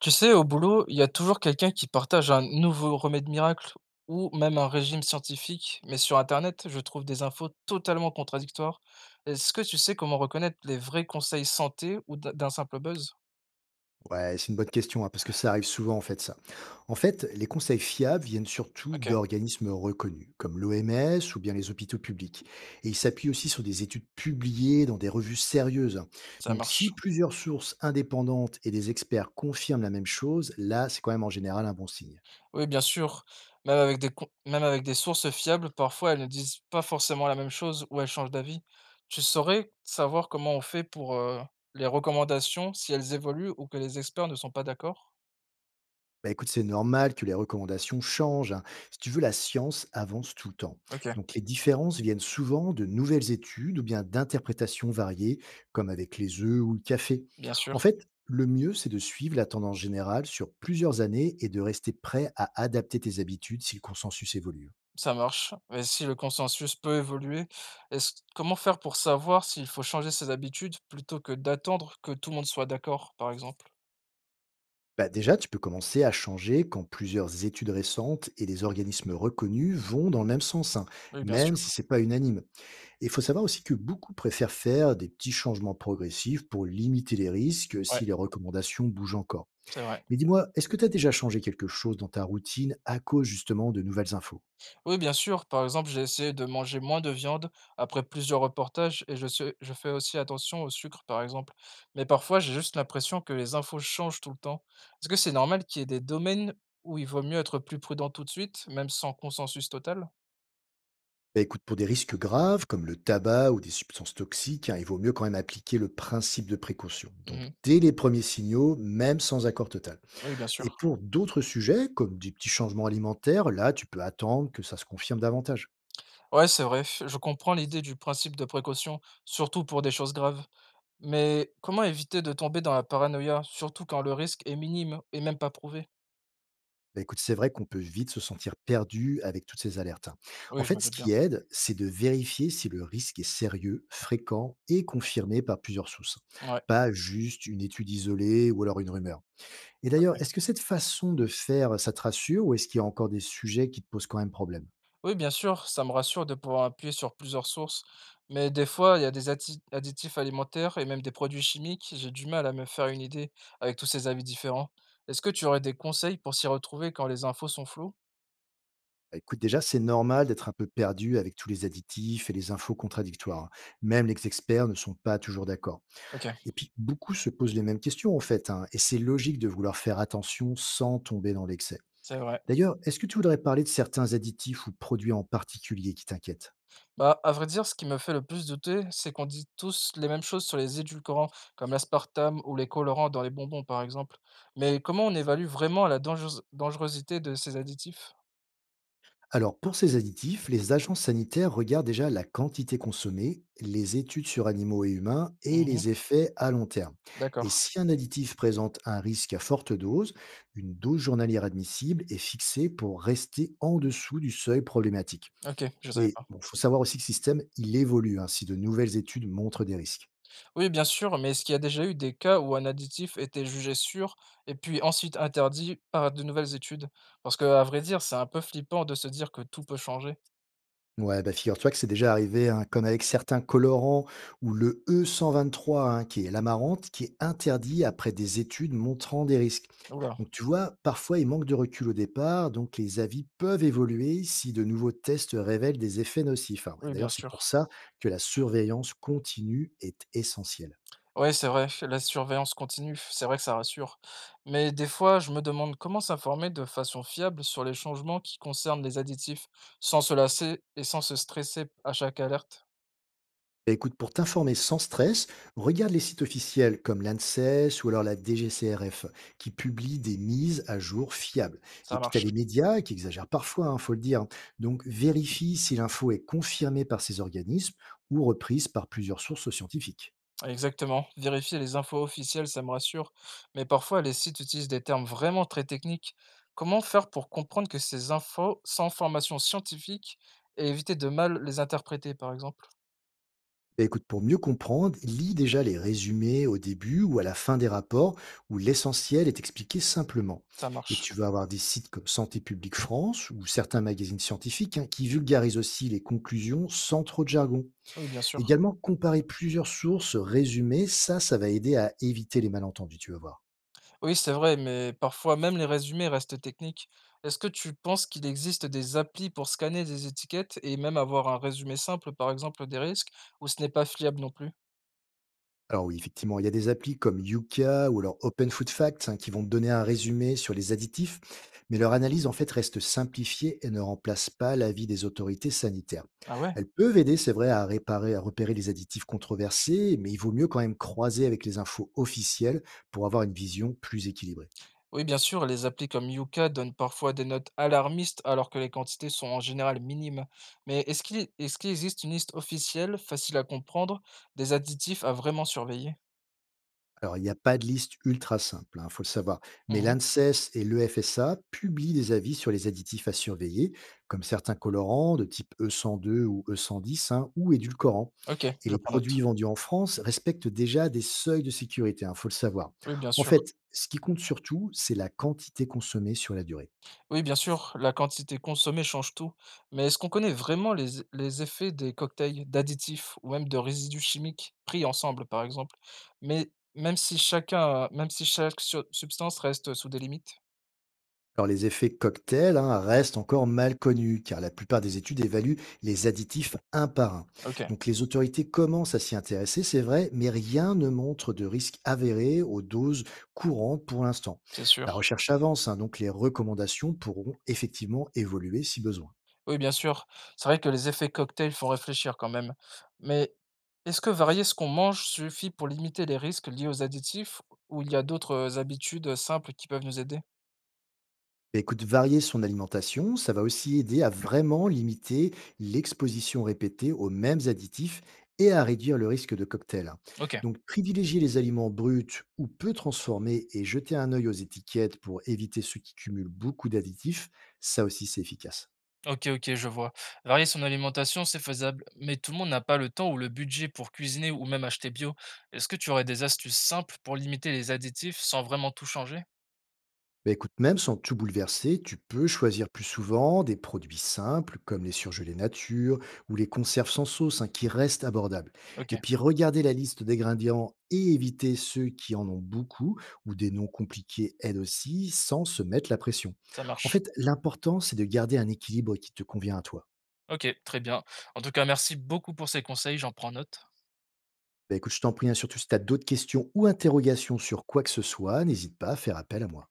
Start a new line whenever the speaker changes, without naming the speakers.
Tu sais, au boulot, il y a toujours quelqu'un qui partage un nouveau remède miracle ou même un régime scientifique, mais sur Internet, je trouve des infos totalement contradictoires. Est-ce que tu sais comment reconnaître les vrais conseils santé ou d'un simple buzz?
Ouais, c'est une bonne question, hein, parce que ça arrive souvent en fait ça. En fait, les conseils fiables viennent surtout
Ok,
d'organismes reconnus, comme l'OMS ou bien les hôpitaux publics. Et ils s'appuient aussi sur des études publiées dans des revues sérieuses, hein.
ça
Donc
marche.
si plusieurs sources indépendantes et des experts confirment la même chose, là, c'est quand même en général un bon signe.
Oui, bien sûr. Même avec même avec des sources fiables, parfois elles ne disent pas forcément la même chose ou elles changent d'avis. Tu saurais savoir comment on fait pour les recommandations, si elles évoluent ou que les experts ne sont pas d'accord?
Bah écoute, c'est normal que les recommandations changent, hein. Si tu veux, la science avance tout le temps.
Ok,
Donc les différences viennent souvent de nouvelles études ou bien d'interprétations variées, comme avec les œufs ou le café.
bien
En
sûr.
fait, le mieux, c'est de suivre la tendance générale sur plusieurs années et de rester prêt à adapter tes habitudes si le consensus évolue.
Ça marche. Mais si le consensus peut évoluer, est-ce comment faire pour savoir s'il faut changer ses habitudes plutôt que d'attendre que tout le monde soit d'accord, par exemple?
Bah déjà, tu peux commencer à changer quand plusieurs études récentes et des organismes reconnus vont dans le même sens, hein,
Oui, bien
même
sûr.
si c'est pas unanime. Il faut savoir aussi que beaucoup préfèrent faire des petits changements progressifs pour limiter les risques
Ouais,
si les recommandations bougent encore.
c'est vrai.
Mais dis-moi, est-ce que tu as déjà changé quelque chose dans ta routine à cause justement de nouvelles infos?
Oui, bien sûr. Par exemple, j'ai essayé de manger moins de viande après plusieurs reportages et je fais aussi attention au sucre, par exemple. Mais parfois, j'ai juste l'impression que les infos changent tout le temps. Est-ce que c'est normal qu'il y ait des domaines où il vaut mieux être plus prudent tout de suite, même sans consensus total?
Bah écoute, pour des risques graves comme le tabac ou des substances toxiques, hein, il vaut mieux quand même appliquer le principe de précaution. Donc
Mhm.
dès les premiers signaux, même sans accord total.
Oui, bien
Et
sûr.
pour d'autres sujets, comme des petits changements alimentaires, là, tu peux attendre que ça se confirme davantage.
Ouais, c'est vrai, je comprends l'idée du principe de précaution, surtout pour des choses graves. Mais comment éviter de tomber dans la paranoïa, surtout quand le risque est minime et même pas prouvé?
Bah, écoute, c'est vrai qu'on peut vite se sentir perdu avec toutes ces alertes, hein. En
Oui, je me
fait, ce
doute bien.
qui aide, c'est de vérifier si le risque est sérieux, fréquent et confirmé par plusieurs sources.
Ouais,
Pas juste une étude isolée ou alors une rumeur. Et
ok.
d'ailleurs, est-ce que cette façon de faire, ça te rassure ou est-ce qu'il y a encore des sujets qui te posent quand même problème?
Oui, bien sûr, ça me rassure de pouvoir appuyer sur plusieurs sources. Mais des fois, il y a des additifs alimentaires et même des produits chimiques, j'ai du mal à me faire une idée avec tous ces avis différents. Est-ce que tu aurais des conseils pour s'y retrouver quand les infos sont floues?
Bah, écoute, déjà, c'est normal d'être un peu perdu avec tous les additifs et les infos contradictoires, hein. Même les experts ne sont pas toujours d'accord.
Ok,
Et puis, beaucoup se posent les mêmes questions, hein, et c'est logique de vouloir faire attention sans tomber dans l'excès.
c'est vrai.
D'ailleurs, est-ce que tu voudrais parler de certains additifs ou produits en particulier qui t'inquiètent?
Bah, à vrai dire, ce qui me fait le plus douter, c'est qu'on dit tous les mêmes choses sur les édulcorants, comme l'aspartame ou les colorants dans les bonbons, par exemple. Mais comment on évalue vraiment la dangerosité de ces additifs?
Alors, pour ces additifs, les agences sanitaires regardent déjà la quantité consommée, les études sur animaux et humains et
Mhm.
les effets à long terme. Et
D'accord.
si un additif présente un risque à forte dose, une dose journalière admissible est fixée pour rester en dessous du seuil problématique.
Ok, je savais
Et
pas.
bon, faut savoir aussi que ce système, il évolue, hein, si de nouvelles études montrent des risques.
Oui, bien sûr, mais est-ce qu'il y a déjà eu des cas où un additif était jugé sûr et puis ensuite interdit par de nouvelles études? Parce que, à vrai dire, c'est un peu flippant de se dire que tout peut changer.
Ouais, bah figure-toi que c'est déjà arrivé, hein, comme avec certains colorants ou le E123, hein, qui est l'amarante, qui est interdit après des études montrant des risques.
Oula,
Donc tu vois, parfois il manque de recul au départ, donc les avis peuvent évoluer si de nouveaux tests révèlent des effets nocifs, hein. Et
oui, bien
d'ailleurs, c'est pour
sûr.
ça que la surveillance continue est essentielle.
Ouais, c'est vrai, la surveillance continue, c'est vrai que ça rassure. Mais des fois, je me demande comment s'informer de façon fiable sur les changements qui concernent les additifs, sans se lasser et sans se stresser à chaque alerte.
Bah, écoute, pour t'informer sans stress, regarde les sites officiels comme l'ANSES ou alors la DGCRF qui publient des mises à jour fiables. Et
Ça
puis tu as
marche.
les médias qui exagèrent parfois, il faut le dire. Donc vérifie si l'info est confirmée par ces organismes ou reprise par plusieurs sources scientifiques.
Exactement. Vérifier les infos officielles, ça me rassure. Mais parfois, les sites utilisent des termes vraiment très techniques. Comment faire pour comprendre que ces infos sans formation scientifique et éviter de mal les interpréter, par exemple?
Bah, écoute, pour mieux comprendre, lis déjà les résumés au début ou à la fin des rapports où l'essentiel est expliqué simplement.
Ça
Et
marche.
tu vas avoir des sites comme Santé publique France ou certains magazines scientifiques, hein, qui vulgarisent aussi les conclusions sans trop de jargon.
Oui, bien sûr.
Également, comparer plusieurs sources, résumer, ça va aider à éviter les malentendus, tu vas voir.
Oui, c'est vrai, mais parfois même les résumés restent techniques. Est-ce que tu penses qu'il existe des applis pour scanner des étiquettes et même avoir un résumé simple, par exemple, des risques, ou ce n'est pas fiable non plus?
Alors oui, effectivement, il y a des applis comme Yuka ou alors Open Food Facts, hein, qui vont te donner un résumé sur les additifs, mais leur analyse en fait reste simplifiée et ne remplace pas l'avis des autorités sanitaires.
Ah ouais?
Elles peuvent aider, c'est vrai, à réparer, à repérer les additifs controversés, mais il vaut mieux quand même croiser avec les infos officielles pour avoir une vision plus équilibrée.
Oui, bien sûr, les applis comme Yuka donnent parfois des notes alarmistes alors que les quantités sont en général minimes. Mais est-ce qu'il existe une liste officielle, facile à comprendre, des additifs à vraiment surveiller?
Alors, il n'y a pas de liste ultra simple, il faut le savoir. Mais
Mhm.
l'ANSES et l'EFSA publient des avis sur les additifs à surveiller, comme certains colorants de type E102 ou E110, hein, ou édulcorants.
Ok,
Et
je
les
prends note.
produits vendus en France respectent déjà des seuils de sécurité, il faut le savoir.
Oui, bien
En
sûr.
fait, ce qui compte surtout, c'est la quantité consommée sur la durée.
Oui, bien sûr, la quantité consommée change tout, mais est-ce qu'on connaît vraiment les effets des cocktails, d'additifs ou même de résidus chimiques pris ensemble, par exemple? Mais même si substance reste sous des limites?
Alors les effets cocktails, hein, restent encore mal connus car la plupart des études évaluent les additifs un par un.
Ok,
Donc les autorités commencent à s'y intéresser, c'est vrai, mais rien ne montre de risque avéré aux doses courantes pour l'instant.
c'est
La
sûr.
recherche avance, hein, donc les recommandations pourront effectivement évoluer si besoin.
Oui, bien sûr, c'est vrai que les effets cocktails font réfléchir quand même. Mais est-ce que varier ce qu'on mange suffit pour limiter les risques liés aux additifs ou il y a d'autres habitudes simples qui peuvent nous aider?
Bah, écoute, varier son alimentation, ça va aussi aider à vraiment limiter l'exposition répétée aux mêmes additifs et à réduire le risque de cocktail, hein.
Ok.
Donc, privilégier les aliments bruts ou peu transformés et jeter un œil aux étiquettes pour éviter ceux qui cumulent beaucoup d'additifs, ça aussi c'est efficace.
Ok, ok, je vois. Varier son alimentation, c'est faisable, mais tout le monde n'a pas le temps ou le budget pour cuisiner ou même acheter bio. Est-ce que tu aurais des astuces simples pour limiter les additifs sans vraiment tout changer?
Bah, écoute, même sans tout bouleverser, tu peux choisir plus souvent des produits simples comme les surgelés nature ou les conserves sans sauce, hein, qui restent abordables.
Ok,
Et puis regarder la liste des ingrédients et éviter ceux qui en ont beaucoup ou des noms compliqués aide aussi sans se mettre la pression.
ça
En
marche.
fait, l'important, c'est de garder un équilibre qui te convient à toi.
Ok, très bien. En tout cas, merci beaucoup pour ces conseils, j'en prends note.
Bah, écoute, je t'en prie, hein, surtout si tu as d'autres questions ou interrogations sur quoi que ce soit, n'hésite pas à faire appel à moi.